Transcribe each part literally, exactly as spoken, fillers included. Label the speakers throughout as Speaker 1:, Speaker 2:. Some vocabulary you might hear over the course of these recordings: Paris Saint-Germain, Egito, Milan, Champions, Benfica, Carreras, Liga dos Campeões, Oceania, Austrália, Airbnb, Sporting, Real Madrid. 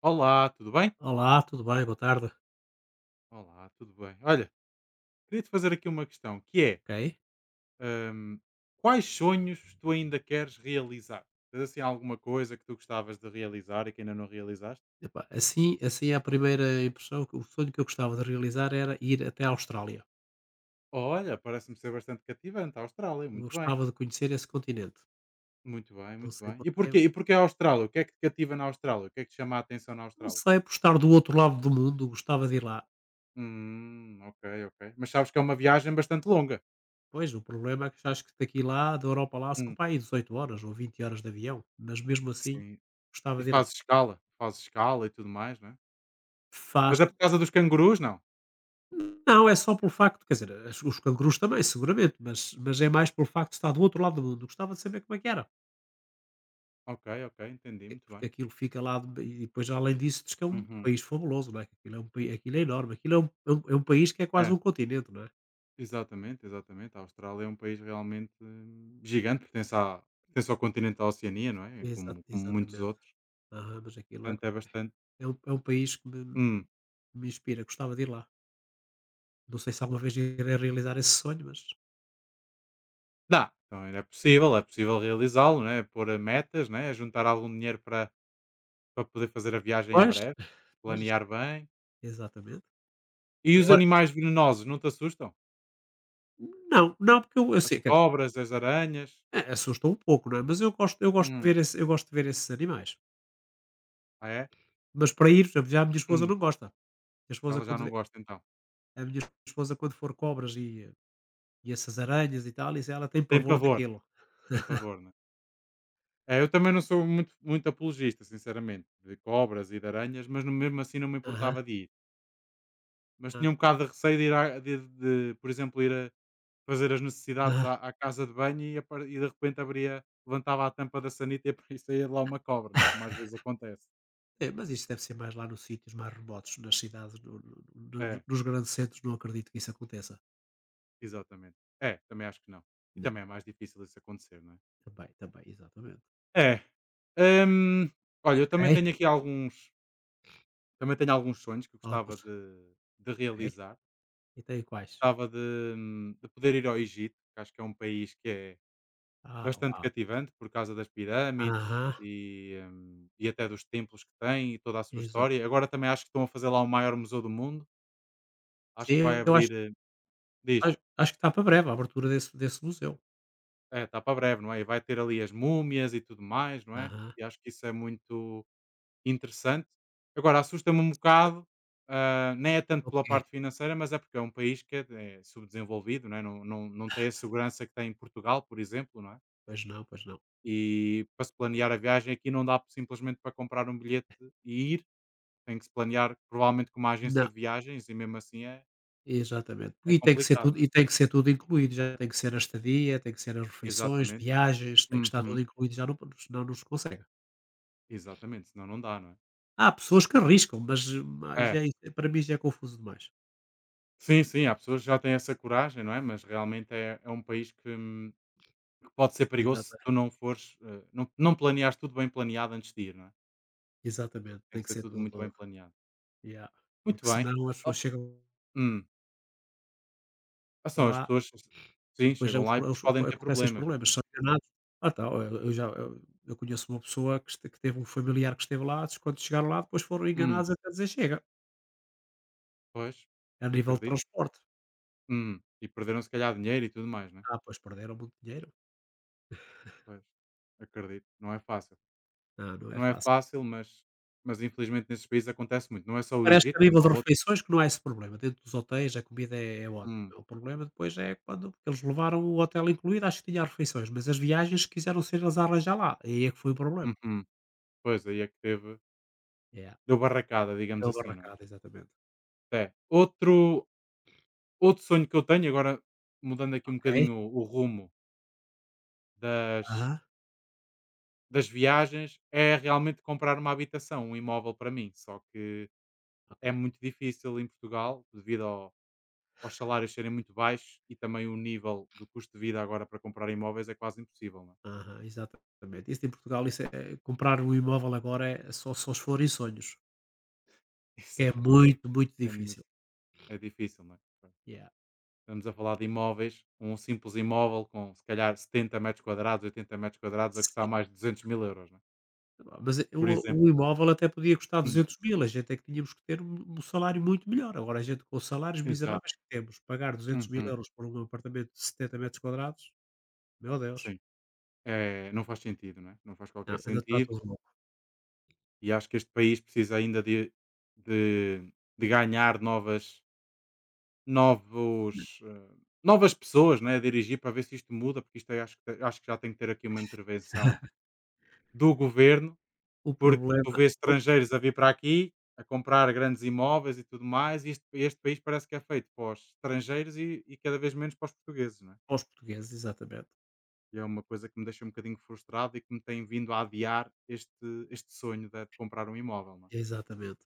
Speaker 1: Olá, tudo bem?
Speaker 2: Olá, tudo bem? Boa tarde.
Speaker 1: Olá, tudo bem. Olha, queria te fazer aqui uma questão, que é,
Speaker 2: Ok.
Speaker 1: hum, quais sonhos tu ainda queres realizar? Tens assim alguma coisa que tu gostavas de realizar e que ainda não realizaste?
Speaker 2: Epá, assim, assim é a primeira impressão, que- o sonho que eu gostava de realizar era ir até à Austrália.
Speaker 1: Olha, parece-me ser bastante cativante a Austrália,
Speaker 2: Eu
Speaker 1: muito bem,
Speaker 2: gostava de conhecer esse continente.
Speaker 1: muito bem,
Speaker 2: Não
Speaker 1: muito
Speaker 2: sei
Speaker 1: bem. E
Speaker 2: porquê.
Speaker 1: porquê? E porquê a Austrália? O que é que te cativa na Austrália? O que é que te chama a atenção na
Speaker 2: Não
Speaker 1: Austrália?
Speaker 2: sei, por estar do outro lado do mundo, gostava de ir lá.
Speaker 1: Hum, ok, ok. Mas sabes que é uma viagem bastante longa.
Speaker 2: Pois, o problema é que acho que daqui lá, da Europa lá, são
Speaker 1: Hum,
Speaker 2: para aí dezoito horas ou vinte horas de avião. Mas mesmo assim,
Speaker 1: sim.
Speaker 2: gostava
Speaker 1: E
Speaker 2: de ir lá.
Speaker 1: fazes escala, fazes escala e tudo mais, não é?
Speaker 2: Faz.
Speaker 1: Mas é por causa dos cangurus, não?
Speaker 2: Não, é só pelo facto, quer dizer, as- os cangurus também, seguramente, mas, mas é mais pelo facto de estar do outro lado do mundo. Gostava de saber como é que era.
Speaker 1: Ok, ok, entendi,
Speaker 2: É
Speaker 1: muito
Speaker 2: porque
Speaker 1: bem.
Speaker 2: aquilo fica lá, de e depois além disso diz que é um
Speaker 1: Uhum.
Speaker 2: país fabuloso, não é, que aquilo é um paí aquilo é enorme, aquilo é um é um é um país que é quase
Speaker 1: É,
Speaker 2: um continente, não é?
Speaker 1: exatamente, exatamente. A Austrália é um país realmente hum, gigante, pertence, à, pertence ao continente da Oceania, não é?
Speaker 2: Exa
Speaker 1: Como, como muitos
Speaker 2: exatamente.
Speaker 1: outros.
Speaker 2: Aham, mas aquilo é
Speaker 1: Portanto, é
Speaker 2: ok.
Speaker 1: bastante.
Speaker 2: É um é um país que me
Speaker 1: Hum,
Speaker 2: me inspira, gostava de ir lá. Não sei se alguma vez irei realizar esse sonho, mas
Speaker 1: dá. Então, é possível, é possível realizá-lo, né? Pôr eh, metas, né? Juntar algum dinheiro para, para, poder fazer a viagem em
Speaker 2: pois.
Speaker 1: breve,
Speaker 2: Pois,
Speaker 1: planear bem.
Speaker 2: exatamente.
Speaker 1: E os
Speaker 2: Agora
Speaker 1: animais venenosos, não te assustam?
Speaker 2: não, não, porque eu eu
Speaker 1: As
Speaker 2: sei, quer
Speaker 1: cobras, as aranhas.
Speaker 2: dizer, a assusta um pouco, não é, mas eu gosto eu gosto de
Speaker 1: Hum,
Speaker 2: ver esse eu gosto de ver esses animais.
Speaker 1: ah, é?
Speaker 2: Mas para ir, por exemplo, já a minha esposa
Speaker 1: Hum,
Speaker 2: não gosta. A minha esposa
Speaker 1: Ela já
Speaker 2: quando
Speaker 1: não
Speaker 2: vê
Speaker 1: gosta, então.
Speaker 2: a minha esposa, quando for cobras e E essas aranhas e tal, isso ela tem
Speaker 1: Tem
Speaker 2: pavor
Speaker 1: pavor,
Speaker 2: daquilo.
Speaker 1: tem pavor. É, eu também não sou muito, muito apologista, sinceramente, de cobras e de aranhas, mas no- mesmo assim não me
Speaker 2: Aham,
Speaker 1: importava de ir. Mas
Speaker 2: hã,
Speaker 1: tinha um bocado de receio de ir, à- de, de, por exemplo, ir a fazer as necessidades
Speaker 2: aham.
Speaker 1: à, à, casa de banho e, apar- e de repente abria, levantava a tampa da sanita e apa- e saía de lá uma cobra, né? Como às vezes acontece.
Speaker 2: É, mas isso deve ser mais lá nos sítios mais remotos, nas cidades, no no no
Speaker 1: É,
Speaker 2: nos grandes centros não acredito que isso aconteça.
Speaker 1: exatamente. É, também acho que não. E
Speaker 2: Não,
Speaker 1: também é mais difícil isso acontecer, não
Speaker 2: também, também, exatamente.
Speaker 1: é? É. Hum, olha, eu também
Speaker 2: Ok.
Speaker 1: tenho aqui alguns, também tenho alguns sonhos que eu gostava
Speaker 2: Alguns,
Speaker 1: de, de
Speaker 2: é?
Speaker 1: realizar.
Speaker 2: E tem quais?
Speaker 1: Gostava de, hum, de poder ir ao Egito, que acho que é um país que é
Speaker 2: Ah,
Speaker 1: bastante
Speaker 2: uau.
Speaker 1: cativante por causa das pirâmides
Speaker 2: Aham,
Speaker 1: e, hum, e até dos templos que tem e toda a sua
Speaker 2: exato.
Speaker 1: história. Agora também acho que estão a fazer lá o maior museu do mundo. Acho que vai
Speaker 2: Sim, eu acho
Speaker 1: abrir, eh, diz,
Speaker 2: acho acho que está para breve a abertura desse desse museu.
Speaker 1: é, está para breve, não é? E vai ter ali as múmias e tudo mais, não é?
Speaker 2: Aham,
Speaker 1: E acho que isso é muito interessante. Agora, assusta-me um bocado, ah, nem é tanto
Speaker 2: ok.
Speaker 1: pela parte financeira, mas é porque é um país que é, é subdesenvolvido, não, é? Não, não, não tem a segurança que tem em Portugal, por exemplo, não é?
Speaker 2: Pois não, pois não.
Speaker 1: E para se planear a viagem aqui não dá simplesmente para comprar um bilhete e ir, tem que se planear provavelmente com uma agência
Speaker 2: Não.
Speaker 1: de viagens e mesmo assim é,
Speaker 2: Exatamente.
Speaker 1: é
Speaker 2: E tem que ser
Speaker 1: complicado,
Speaker 2: tudo
Speaker 1: não é?
Speaker 2: e tem que ser tudo incluído, já tem que ser a estadia, tem que ser as refeições,
Speaker 1: Exatamente.
Speaker 2: viagens, tem que estar tudo
Speaker 1: Uhum.
Speaker 2: incluído, já não, senão não se consegue.
Speaker 1: Exatamente, senão não dá, não é?
Speaker 2: Há pessoas que arriscam, mas mas
Speaker 1: É,
Speaker 2: já é isso, para mim já é confuso demais.
Speaker 1: sim, sim, há pessoas que já têm essa coragem, não é? Mas realmente é, é um país que, hum, que pode ser perigoso se
Speaker 2: Exata
Speaker 1: tu não fores, eh, não, não planeares tudo bem planeado antes de ir, não é?
Speaker 2: exatamente,
Speaker 1: Tem
Speaker 2: tem
Speaker 1: que
Speaker 2: que
Speaker 1: ser
Speaker 2: ser
Speaker 1: tudo muito bem
Speaker 2: tudo,
Speaker 1: planeado.
Speaker 2: yeah.
Speaker 1: Muito
Speaker 2: Porque
Speaker 1: bem.
Speaker 2: senão as pessoas
Speaker 1: Op-
Speaker 2: chegam
Speaker 1: Hum. Ah, são as
Speaker 2: lá
Speaker 1: pessoas,
Speaker 2: e
Speaker 1: sim,
Speaker 2: depois já
Speaker 1: chegam
Speaker 2: os
Speaker 1: lá e
Speaker 2: pro
Speaker 1: depois
Speaker 2: os
Speaker 1: podem ter
Speaker 2: acontecem os
Speaker 1: problemas, não é?
Speaker 2: problemas, são enganados. Ah, tá, eu eu já eu eu conheço uma pessoa que este que teve um familiar que esteve lá, quando chegaram lá depois foram
Speaker 1: Hum.
Speaker 2: enganados até dizer chega,
Speaker 1: Pois,
Speaker 2: a nível de
Speaker 1: acredito.
Speaker 2: transporte.
Speaker 1: Hum, e perderam se calhar dinheiro e tudo mais, né?
Speaker 2: Ah, pois, perderam muito dinheiro.
Speaker 1: Pois, acredito. Não é fácil.
Speaker 2: Não, não é
Speaker 1: Não é
Speaker 2: fácil.
Speaker 1: fácil, mas, mas, infelizmente nesses países acontece muito. Não é só o
Speaker 2: Parece que a
Speaker 1: Egito,
Speaker 2: nível
Speaker 1: como
Speaker 2: de
Speaker 1: há outros.
Speaker 2: refeições que não há esse problema. Dentro dos hotéis a comida é é ótima.
Speaker 1: Hum,
Speaker 2: O problema depois é quando porque eles levaram o hotel incluído, acho que tinha refeições, mas as viagens quiseram ser eles a arranjar lá. E aí é que foi o problema.
Speaker 1: uhum. Pois, aí é que teve.
Speaker 2: é
Speaker 1: Deu barracada,
Speaker 2: é
Speaker 1: digamos
Speaker 2: o
Speaker 1: assim, não é?
Speaker 2: barracado, exatamente.
Speaker 1: É. Outro, outro sonho que eu tenho, agora mudando aqui um
Speaker 2: Ok.
Speaker 1: bocadinho o, o rumo das,
Speaker 2: Aham.
Speaker 1: das viagens, é realmente comprar uma habitação, um imóvel para mim. Só que
Speaker 2: Ok.
Speaker 1: é muito difícil em Portugal, devido ao aos salários serem muito baixos e também o nível do custo de vida agora para comprar imóveis é quase impossível, não é?
Speaker 2: Aham, exatamente. Isso em Portugal, isso é comprar um imóvel agora, é só só se for em sonhos, que é
Speaker 1: Exato.
Speaker 2: muito, muito
Speaker 1: É, muito,
Speaker 2: difícil.
Speaker 1: é difícil, não é? Pronto.
Speaker 2: Yeah.
Speaker 1: Estamos a falar de imóveis, um simples imóvel com se calhar setenta metros quadrados, oitenta metros quadrados, a custar mais de duzentos mil euros, não é?
Speaker 2: Ah, mas e
Speaker 1: Por
Speaker 2: o
Speaker 1: exemplo.
Speaker 2: o imóvel até podia custar
Speaker 1: Hum,
Speaker 2: duzentos mil, a gente é que tínhamos que ter um um salário muito melhor. Agora a gente, com os salários
Speaker 1: exato.
Speaker 2: miseráveis que temos, pagar duzentos mil
Speaker 1: Uhum,
Speaker 2: euros por um apartamento de setenta metros quadrados, meu Deus,
Speaker 1: sim. É, não faz sentido, não é? Não faz
Speaker 2: não,
Speaker 1: qualquer
Speaker 2: ainda está
Speaker 1: sentido.
Speaker 2: tudo louco.
Speaker 1: E acho que este país precisa ainda de, de, de, ganhar novas novos, eh, novas pessoas né, a dirigir para ver se isto muda, porque isto é- acho, que, acho que já tem que ter aqui uma intervenção do governo,
Speaker 2: O
Speaker 1: porque tu
Speaker 2: problema
Speaker 1: vês
Speaker 2: são
Speaker 1: estrangeiros a vir para aqui a comprar grandes imóveis e tudo mais, e este, este, país parece que é feito para os estrangeiros e, e cada vez menos para os portugueses, não é?
Speaker 2: os portugueses, exatamente,
Speaker 1: E é uma coisa que me deixa um bocadinho frustrado e que me tem vindo a adiar este, este, sonho de, de comprar um imóvel, não é?
Speaker 2: exatamente.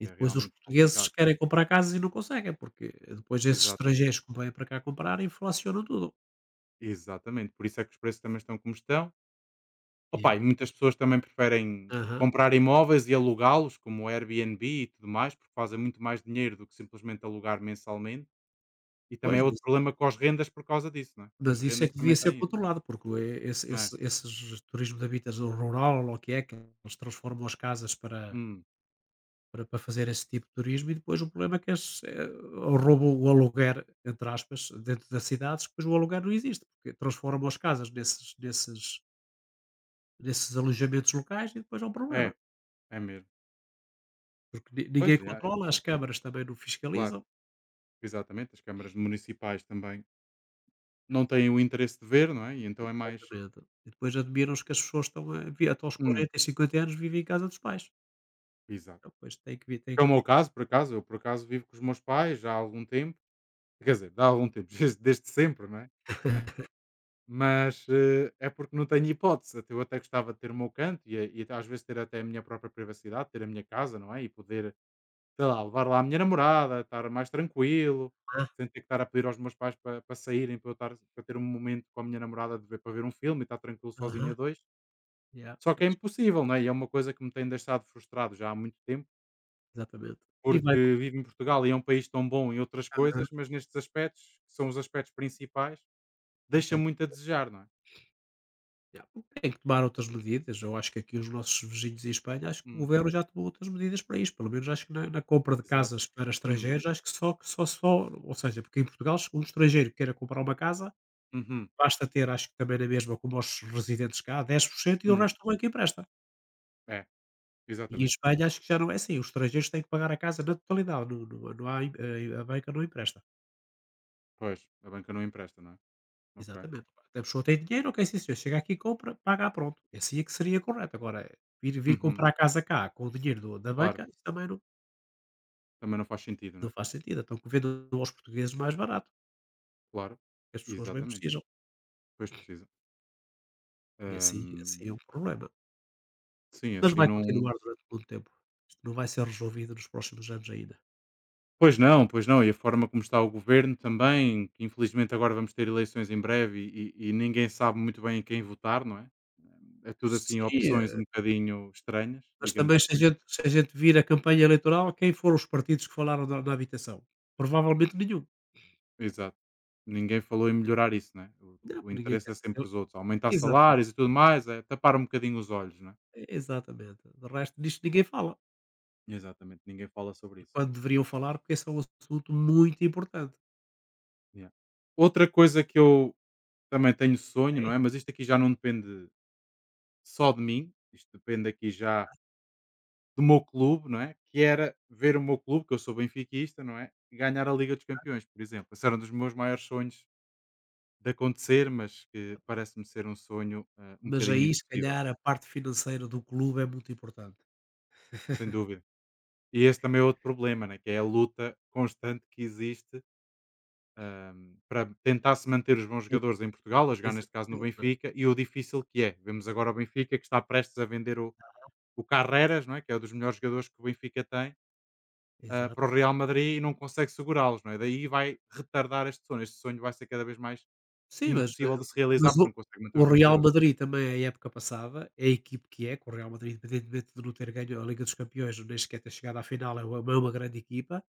Speaker 2: E
Speaker 1: É
Speaker 2: depois os
Speaker 1: realmente
Speaker 2: portugueses
Speaker 1: complicado.
Speaker 2: querem comprar casas e não conseguem, porque depois esses
Speaker 1: Exatamente.
Speaker 2: estrangeiros que vêm para cá comprar inflacionam tudo.
Speaker 1: Exatamente. Por isso é que os preços também estão como estão.
Speaker 2: E
Speaker 1: Opa, e muitas pessoas também preferem
Speaker 2: aham,
Speaker 1: comprar imóveis e alugá-los, como o Airbnb e tudo mais, porque fazem muito mais dinheiro do que simplesmente alugar mensalmente. E também
Speaker 2: pois,
Speaker 1: é
Speaker 2: mas
Speaker 1: outro problema com as rendas por causa disso, não é? As
Speaker 2: Mas isso é
Speaker 1: rendas
Speaker 2: que devia
Speaker 1: também
Speaker 2: ser
Speaker 1: têm isso.
Speaker 2: controlado, porque e esse
Speaker 1: É.
Speaker 2: esse esses turismo de habitação rural, ou o que é, que eles transformam as casas para
Speaker 1: Hum.
Speaker 2: para para fazer esse tipo de turismo, e depois o problema é que eles, eh, roubam o aluguer, entre aspas, dentro das cidades, depois o aluguer não existe, porque transformam as casas nesses nesses nesses alojamentos locais, e depois é um
Speaker 1: é,
Speaker 2: problema,
Speaker 1: é mesmo.
Speaker 2: porque ni ninguém
Speaker 1: Pois é, é,
Speaker 2: controla,
Speaker 1: pois
Speaker 2: as
Speaker 1: é.
Speaker 2: câmaras também não
Speaker 1: Claro,
Speaker 2: fiscalizam.
Speaker 1: exatamente. As câmaras municipais também não têm o interesse de ver, não é? E então é mais.
Speaker 2: Exatamente. E depois admiram-se que as pessoas estão a vi até aos
Speaker 1: Hum,
Speaker 2: quarenta e cinquenta anos vivem em casa dos pais.
Speaker 1: exato.
Speaker 2: Então depois tem que vir, tem
Speaker 1: É
Speaker 2: que.
Speaker 1: o meu caso, por acaso. Eu, por acaso, vivo com os meus pais já há algum tempo. Quer dizer, há algum tempo, desde desde sempre, não é? Mas, eh, é porque não tenho hipótese. Até eu até gostava de ter o meu canto e, eh, e às vezes ter até a minha própria privacidade, ter a minha casa, não é? E poder, sei lá, levar lá a minha namorada, estar mais tranquilo,
Speaker 2: Ah,
Speaker 1: sem ter que estar a pedir aos meus pais para saírem, para eu estar, para ter um momento com a minha namorada de ver, para ver um filme e estar tranquilo sozinho
Speaker 2: aham.
Speaker 1: a dois.
Speaker 2: Yeah,
Speaker 1: Só que é
Speaker 2: pois,
Speaker 1: impossível, não é? E é uma coisa que me tem deixado frustrado já há muito tempo,
Speaker 2: exatamente. E vai
Speaker 1: porque vivo em Portugal e é um país tão bom em outras
Speaker 2: Aham,
Speaker 1: coisas, mas nestes aspectos, que são os aspectos principais, deixa
Speaker 2: exato.
Speaker 1: muito a desejar, não é?
Speaker 2: Yeah, tem que tomar outras medidas, eu acho que aqui os nossos vizinhos em Espanha, acho que o
Speaker 1: Hum,
Speaker 2: governo já tomou outras medidas para isto, pelo menos acho que na na compra de
Speaker 1: exato.
Speaker 2: casas para
Speaker 1: Hum.
Speaker 2: estrangeiros, acho que só que só só ou seja, porque em Portugal se um estrangeiro queira comprar uma casa,
Speaker 1: Uhum,
Speaker 2: basta ter, acho que também na mesma como os residentes cá, dez por cento, e o
Speaker 1: hum,
Speaker 2: resto o banco empresta.
Speaker 1: é,
Speaker 2: E em
Speaker 1: exatamente.
Speaker 2: Espanha acho que já não é assim, os estrangeiros têm que pagar a casa na totalidade, não não não há em, a a banca não empresta.
Speaker 1: Pois, a banca não empresta, não é? Ok.
Speaker 2: Exatamente. A pessoa tem dinheiro, ok, sim senhor, chega aqui, compra, paga, pronto. Esse é que seria correto. Agora, eh, vir vir
Speaker 1: Uhum,
Speaker 2: comprar a casa cá com o dinheiro do da
Speaker 1: claro,
Speaker 2: banca, isso também não
Speaker 1: também não faz sentido, não
Speaker 2: não
Speaker 1: é?
Speaker 2: faz sentido. Então que vendam aos portugueses mais barato,
Speaker 1: Claro,
Speaker 2: que as pessoas bem
Speaker 1: exatamente,
Speaker 2: precisam.
Speaker 1: pois precisa.
Speaker 2: E assim assim
Speaker 1: Hum,
Speaker 2: é um problema.
Speaker 1: sim,
Speaker 2: Mas
Speaker 1: assim
Speaker 2: vai
Speaker 1: não.
Speaker 2: continuar durante muito tempo. Isto não vai ser resolvido nos próximos anos ainda.
Speaker 1: Pois não, pois não, e a forma como está o governo também, que infelizmente agora vamos ter eleições em breve e, e- e ninguém sabe muito bem em quem votar, não é? É tudo assim
Speaker 2: Sim,
Speaker 1: opções um
Speaker 2: eh,
Speaker 1: bocadinho estranhas,
Speaker 2: mas
Speaker 1: digamos
Speaker 2: também, se a
Speaker 1: assim.
Speaker 2: gente se a gente vir a campanha eleitoral, quem foram os partidos que falaram da na habitação? Provavelmente nenhum.
Speaker 1: Exato. Ninguém falou em melhorar isso, né? O,
Speaker 2: Não,
Speaker 1: o
Speaker 2: porque ninguém
Speaker 1: interesse
Speaker 2: quer
Speaker 1: é sempre
Speaker 2: saber.
Speaker 1: os outros. Aumentar
Speaker 2: Exatamente,
Speaker 1: salários e tudo mais, é tapar um bocadinho os olhos, né?
Speaker 2: é, exatamente. De resto, disto ninguém fala,
Speaker 1: Exatamente. Ninguém fala sobre isso.
Speaker 2: quando deveriam falar, porque esse é um assunto muito importante.
Speaker 1: Yeah. Outra coisa que eu também tenho sonho, não
Speaker 2: Ok.
Speaker 1: é? Mas isto aqui já não depende só de mim. Isto depende aqui já do meu clube, não é? Que era ver o meu clube, que eu sou benfiquista, não é? Ganhar a Liga dos Campeões, por exemplo. Esse era um dos meus maiores sonhos de acontecer, mas que parece-me ser um sonho eh, um
Speaker 2: Mas
Speaker 1: bocadinho
Speaker 2: aí, se
Speaker 1: impossível,
Speaker 2: calhar, a parte financeira do clube é muito importante.
Speaker 1: sem dúvida. E esse também é outro problema, né, que é a luta constante que existe, hum, para tentar se manter os bons
Speaker 2: E
Speaker 1: jogadores em Portugal, a jogar neste caso no
Speaker 2: Exatamente, não é?
Speaker 1: Benfica, e o difícil que é. Vemos agora o Benfica que está prestes a vender o, o, Carreras, não é? Que é um dos melhores jogadores que o Benfica tem, ah,
Speaker 2: Exato.
Speaker 1: para o Real Madrid e não consegue segurá-los. Não é? Daí vai retardar este sonho. Este sonho vai ser cada vez mais
Speaker 2: Sim, mas,
Speaker 1: impossível
Speaker 2: eh,
Speaker 1: de se realizar
Speaker 2: mas
Speaker 1: porque
Speaker 2: o,
Speaker 1: não consegue manter
Speaker 2: o
Speaker 1: os bons
Speaker 2: Real
Speaker 1: jogadores.
Speaker 2: Madrid também, a época passada, é a equipe que é, que o Real Madrid, independentemente de não ter ganho a Liga dos Campeões, nem sequer ter chegado à final, é uma, é uma grande equipa,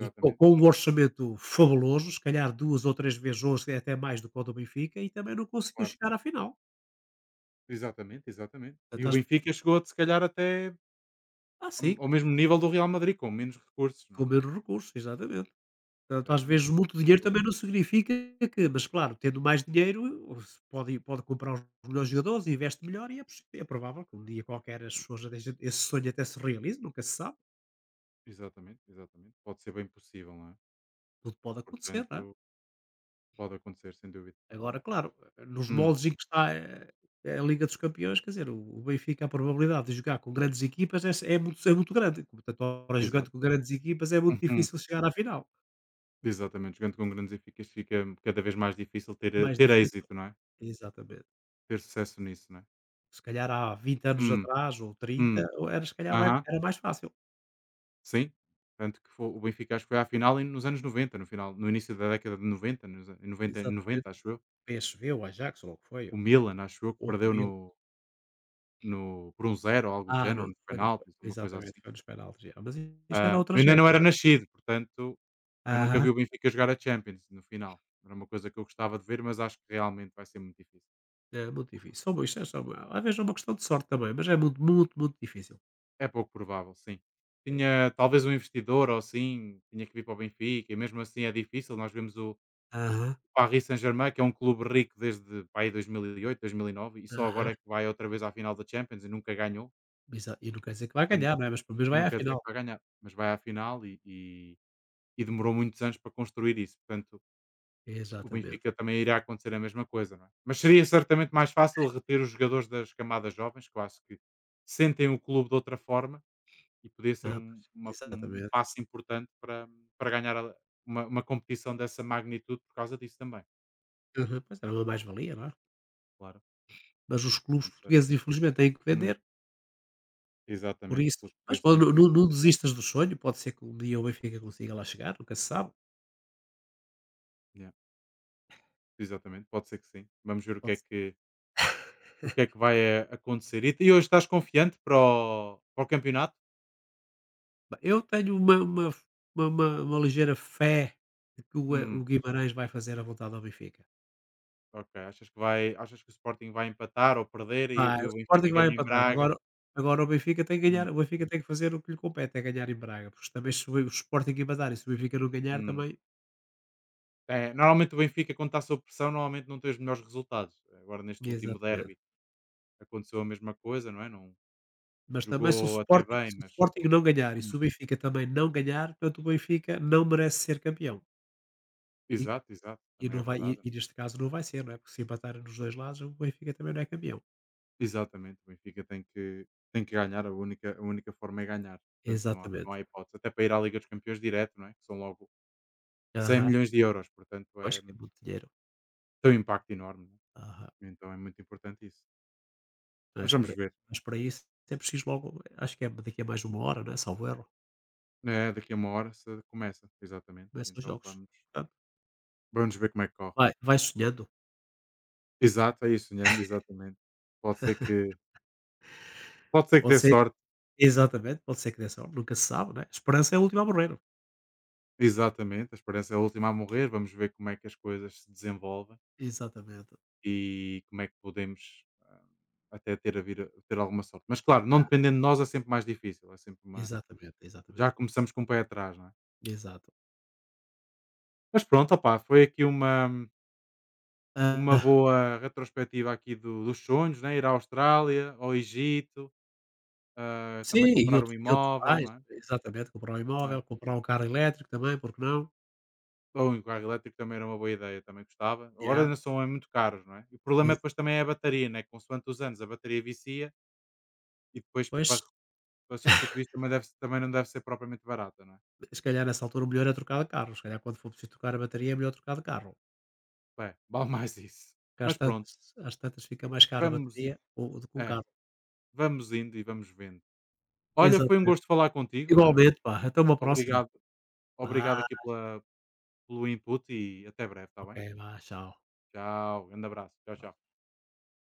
Speaker 2: e co- com um orçamento fabuloso, se calhar duas ou três vezes, ou se- até mais do que o do Benfica, e também não conseguiu
Speaker 1: claro.
Speaker 2: chegar à final.
Speaker 1: Exatamente, exatamente. E
Speaker 2: Portanto,
Speaker 1: o
Speaker 2: acho-
Speaker 1: Benfica chegou, se calhar, até
Speaker 2: ah,
Speaker 1: ao
Speaker 2: sim,
Speaker 1: ao mesmo nível do Real Madrid, com menos recursos, não é?
Speaker 2: com menos recursos, exatamente. Portanto, às vezes
Speaker 1: Exatamente.
Speaker 2: muito dinheiro
Speaker 1: Eu
Speaker 2: também não significa que mas claro, tendo mais dinheiro, o se pode pode comprar os melhores jogadores, investe melhor, e é possi é provável que um dia qualquer as pessoas já deixem esse sonho, até se realize, nunca se sabe,
Speaker 1: exatamente, exatamente. Pode ser bem possível, não é?
Speaker 2: tudo pode acontecer, não é?
Speaker 1: Portanto, pode acontecer, sem dúvida.
Speaker 2: Agora, claro, nos
Speaker 1: Hum,
Speaker 2: moldes em que está, eh, a Liga dos Campeões, quer dizer, o o Benfica, a probabilidade de jogar com grandes equipas é é muito é muito grande, portanto, ora
Speaker 1: exato.
Speaker 2: jogando com grandes equipas é muito
Speaker 1: Uhum.
Speaker 2: difícil chegar à final,
Speaker 1: Exatamente. Jogando com grandes eficas fica cada vez mais difícil ter, eh,
Speaker 2: mais
Speaker 1: ter
Speaker 2: difícil.
Speaker 1: êxito, não é?
Speaker 2: Exatamente.
Speaker 1: Ter sucesso nisso, não é?
Speaker 2: Se calhar há vinte anos
Speaker 1: Hum,
Speaker 2: atrás, ou trinta,
Speaker 1: hum.
Speaker 2: ou era, se calhar, mai
Speaker 1: Aham.
Speaker 2: era mais fácil.
Speaker 1: Sim. Tanto que foi, o Benfica acho que foi à final em- nos anos noventa no final, no início da década de noventa nos, an- em 90, em
Speaker 2: Exatamente.
Speaker 1: 90, acho eu.
Speaker 2: P S V ou Ajax, ou o que foi,
Speaker 1: O Milan, acho eu, que
Speaker 2: ou o
Speaker 1: perdeu no,
Speaker 2: Milan.
Speaker 1: no, por um zero ou algo do
Speaker 2: Ah,
Speaker 1: género,
Speaker 2: não,
Speaker 1: nos
Speaker 2: foi, não foi.
Speaker 1: penaltis, uma coisa
Speaker 2: Exatamente,
Speaker 1: assim.
Speaker 2: foi nos penaltis, já. Mas isto era
Speaker 1: Ah, eu
Speaker 2: outras
Speaker 1: ainda não
Speaker 2: épocas.
Speaker 1: era
Speaker 2: Já.
Speaker 1: nascido, portanto, eu nunca
Speaker 2: Aham.
Speaker 1: vi o Benfica jogar a Champions no final. Era uma coisa que eu gostava de ver, mas acho que realmente vai ser muito difícil.
Speaker 2: É muito difícil. São, isto é só uma- às vezes é uma questão de sorte também, mas é muito, muito, muito difícil.
Speaker 1: É pouco provável, sim.
Speaker 2: É.
Speaker 1: Tinha talvez um investidor ou assim, tinha que vir para o Benfica, e mesmo assim é difícil. Nós vemos o
Speaker 2: Aham,
Speaker 1: Paris Saint-Germain, que é um clube rico desde pá, aí dois mil e oito, dois mil e nove, e oito, dois mil e nove, e só agora
Speaker 2: aham.
Speaker 1: é que vai outra vez à final da Champions e nunca ganhou.
Speaker 2: Exa e não quer dizer que vai
Speaker 1: Portanto,
Speaker 2: ganhar, não é, mas pelo menos
Speaker 1: e
Speaker 2: vai
Speaker 1: não
Speaker 2: à
Speaker 1: quer dizer que
Speaker 2: final.
Speaker 1: vai ganhar, mas vai à final e, e- e demorou muitos anos para construir isso. Portanto, o
Speaker 2: Exatamente.
Speaker 1: Benfica também irá acontecer a mesma coisa, não é? Mas seria certamente mais fácil reter os jogadores das camadas jovens, que eu acho que sentem o clube de outra forma e poderia ser
Speaker 2: Ah,
Speaker 1: um,
Speaker 2: pois.
Speaker 1: uma- um- um
Speaker 2: Exatamente.
Speaker 1: passo importante para, para, ganhar a- uma, uma competição dessa magnitude por causa disso também,
Speaker 2: Aham. Pois era uma mais-valia, não é.
Speaker 1: claro.
Speaker 2: Mas os clubes
Speaker 1: Portanto, era-
Speaker 2: portugueses infelizmente têm que
Speaker 1: Hum,
Speaker 2: vender. Por
Speaker 1: exatamente, os
Speaker 2: isso,
Speaker 1: clubes
Speaker 2: mas
Speaker 1: portugueses
Speaker 2: po
Speaker 1: têm que
Speaker 2: não,
Speaker 1: ver.
Speaker 2: não, não desistas do sonho, pode ser que um dia o Benfica consiga lá chegar, nunca se sabe,
Speaker 1: Yeah, exatamente, pode ser que sim. Vamos ver o que
Speaker 2: pode
Speaker 1: é
Speaker 2: ser.
Speaker 1: que, o que, é que vai eh, acontecer. E, e, hoje estás confiante para o, para o campeonato?
Speaker 2: Bem, eu tenho uma uma uma uma uma ligeira fé de que o, eh,
Speaker 1: Hum.
Speaker 2: o Guimarães vai fazer a vontade ao Benfica.
Speaker 1: Ok, achas que vai achas que o Sporting vai empatar ou perder e,
Speaker 2: Vai,
Speaker 1: e
Speaker 2: o
Speaker 1: o Benfica
Speaker 2: Sporting vai
Speaker 1: ganha em
Speaker 2: empatar, agora
Speaker 1: Braga?
Speaker 2: agora o Benfica tem que ganhar,
Speaker 1: Hum,
Speaker 2: o Benfica tem que fazer o que lhe compete, é ganhar em Braga, porque também se o o Sporting empatar e se o Benfica não ganhar
Speaker 1: hum.
Speaker 2: também.
Speaker 1: É, normalmente o Benfica, quando está sob pressão, normalmente não tem os melhores resultados. Agora, neste último
Speaker 2: Exatamente.
Speaker 1: derby, aconteceu a mesma coisa, não é? Não
Speaker 2: Mas também se o
Speaker 1: jogou até
Speaker 2: Sporting
Speaker 1: bem,
Speaker 2: se o
Speaker 1: mas.
Speaker 2: Sporting não ganhar e
Speaker 1: Hum,
Speaker 2: se o Benfica também não ganhar, portanto o Benfica não merece ser campeão.
Speaker 1: Exato, exato,
Speaker 2: E,
Speaker 1: também
Speaker 2: não
Speaker 1: é
Speaker 2: vai, e,
Speaker 1: verdade.
Speaker 2: e neste caso não vai ser, não é? Porque se empatarem nos dois lados, o Benfica também não é campeão.
Speaker 1: Exatamente, o Benfica tem que, tem que, ganhar, a única, a única forma é ganhar. Portanto, não há, não
Speaker 2: Exatamente.
Speaker 1: há hipótese. Até para ir à Liga dos Campeões direto, não é? Que são logo cem
Speaker 2: Aham.
Speaker 1: milhões de euros, portanto,
Speaker 2: Pois,
Speaker 1: é,
Speaker 2: que é muito dinheiro.
Speaker 1: tem um impacto enorme, não
Speaker 2: Aham.
Speaker 1: é? Então é muito importante isso. Mas
Speaker 2: Mas
Speaker 1: vamos
Speaker 2: para,
Speaker 1: ver.
Speaker 2: mas para isso é preciso logo, acho que é daqui a mais uma hora, não é? Salvo erro,
Speaker 1: É, daqui a uma hora se começa, exatamente.
Speaker 2: começam os
Speaker 1: Então
Speaker 2: jogos.
Speaker 1: vamos,
Speaker 2: Portanto,
Speaker 1: vamos ver como é que corre.
Speaker 2: vai, vai sonhando.
Speaker 1: Exato, é isso, Nhando, exatamente. Pode ser que, pode ser que
Speaker 2: Pode
Speaker 1: dê
Speaker 2: ser,
Speaker 1: sorte,
Speaker 2: exatamente, pode ser que dê sorte, nunca se sabe, né? A esperança é a última a morrer.
Speaker 1: exatamente. A esperança é a última a morrer. Vamos ver como é que as coisas se desenvolvem
Speaker 2: Exatamente.
Speaker 1: e como é que podemos ah, até ter, a vir, a- ter alguma sorte. Mas claro, não dependendo de nós é sempre mais difícil. É sempre uma.
Speaker 2: Exatamente, exatamente.
Speaker 1: Já começamos com o pé atrás, não é?
Speaker 2: Exato.
Speaker 1: Mas pronto, opá, foi aqui uma, uma,
Speaker 2: Ah,
Speaker 1: boa retrospectiva aqui do- dos sonhos, né? Ir à Austrália, ao Egito. Ah,
Speaker 2: sim,
Speaker 1: também
Speaker 2: e
Speaker 1: comprar um
Speaker 2: outros, e outros
Speaker 1: imóvel,
Speaker 2: mais,
Speaker 1: não é?
Speaker 2: exatamente, comprar um
Speaker 1: Não é.
Speaker 2: imóvel, comprar um carro elétrico também, porque não?
Speaker 1: Ou um carro elétrico também era uma boa ideia, também gostava. Agora
Speaker 2: Yeah.
Speaker 1: ainda são é muito caros, não é? E o problema é
Speaker 2: Ex-
Speaker 1: depois também é a bateria, né? Consoante os anos a bateria vicia e depois
Speaker 2: Pois.
Speaker 1: para, para, substituir isso também, deve, também não deve ser propriamente barata, não é?
Speaker 2: Se calhar nessa altura o melhor é trocar de carro, se calhar quando for preciso trocar a bateria é melhor trocar de carro,
Speaker 1: É, vale mais isso.
Speaker 2: porque às
Speaker 1: Mas pronto,
Speaker 2: tantas às tantas fica mais caro a
Speaker 1: vamos, i-
Speaker 2: bateria ou do que um
Speaker 1: é,
Speaker 2: carro.
Speaker 1: vamos indo e vamos vendo. Olha, foi um
Speaker 2: Exatamente.
Speaker 1: gosto falar contigo. eh,
Speaker 2: Igualmente, pá, até uma próxima.
Speaker 1: Obrigado,
Speaker 2: Vá,
Speaker 1: obrigado aqui pela, pelo input e até breve, está
Speaker 2: ok,
Speaker 1: bem?
Speaker 2: vá, tchau.
Speaker 1: Tchau, grande abraço. Tchau,
Speaker 2: Tchau.
Speaker 1: tchau.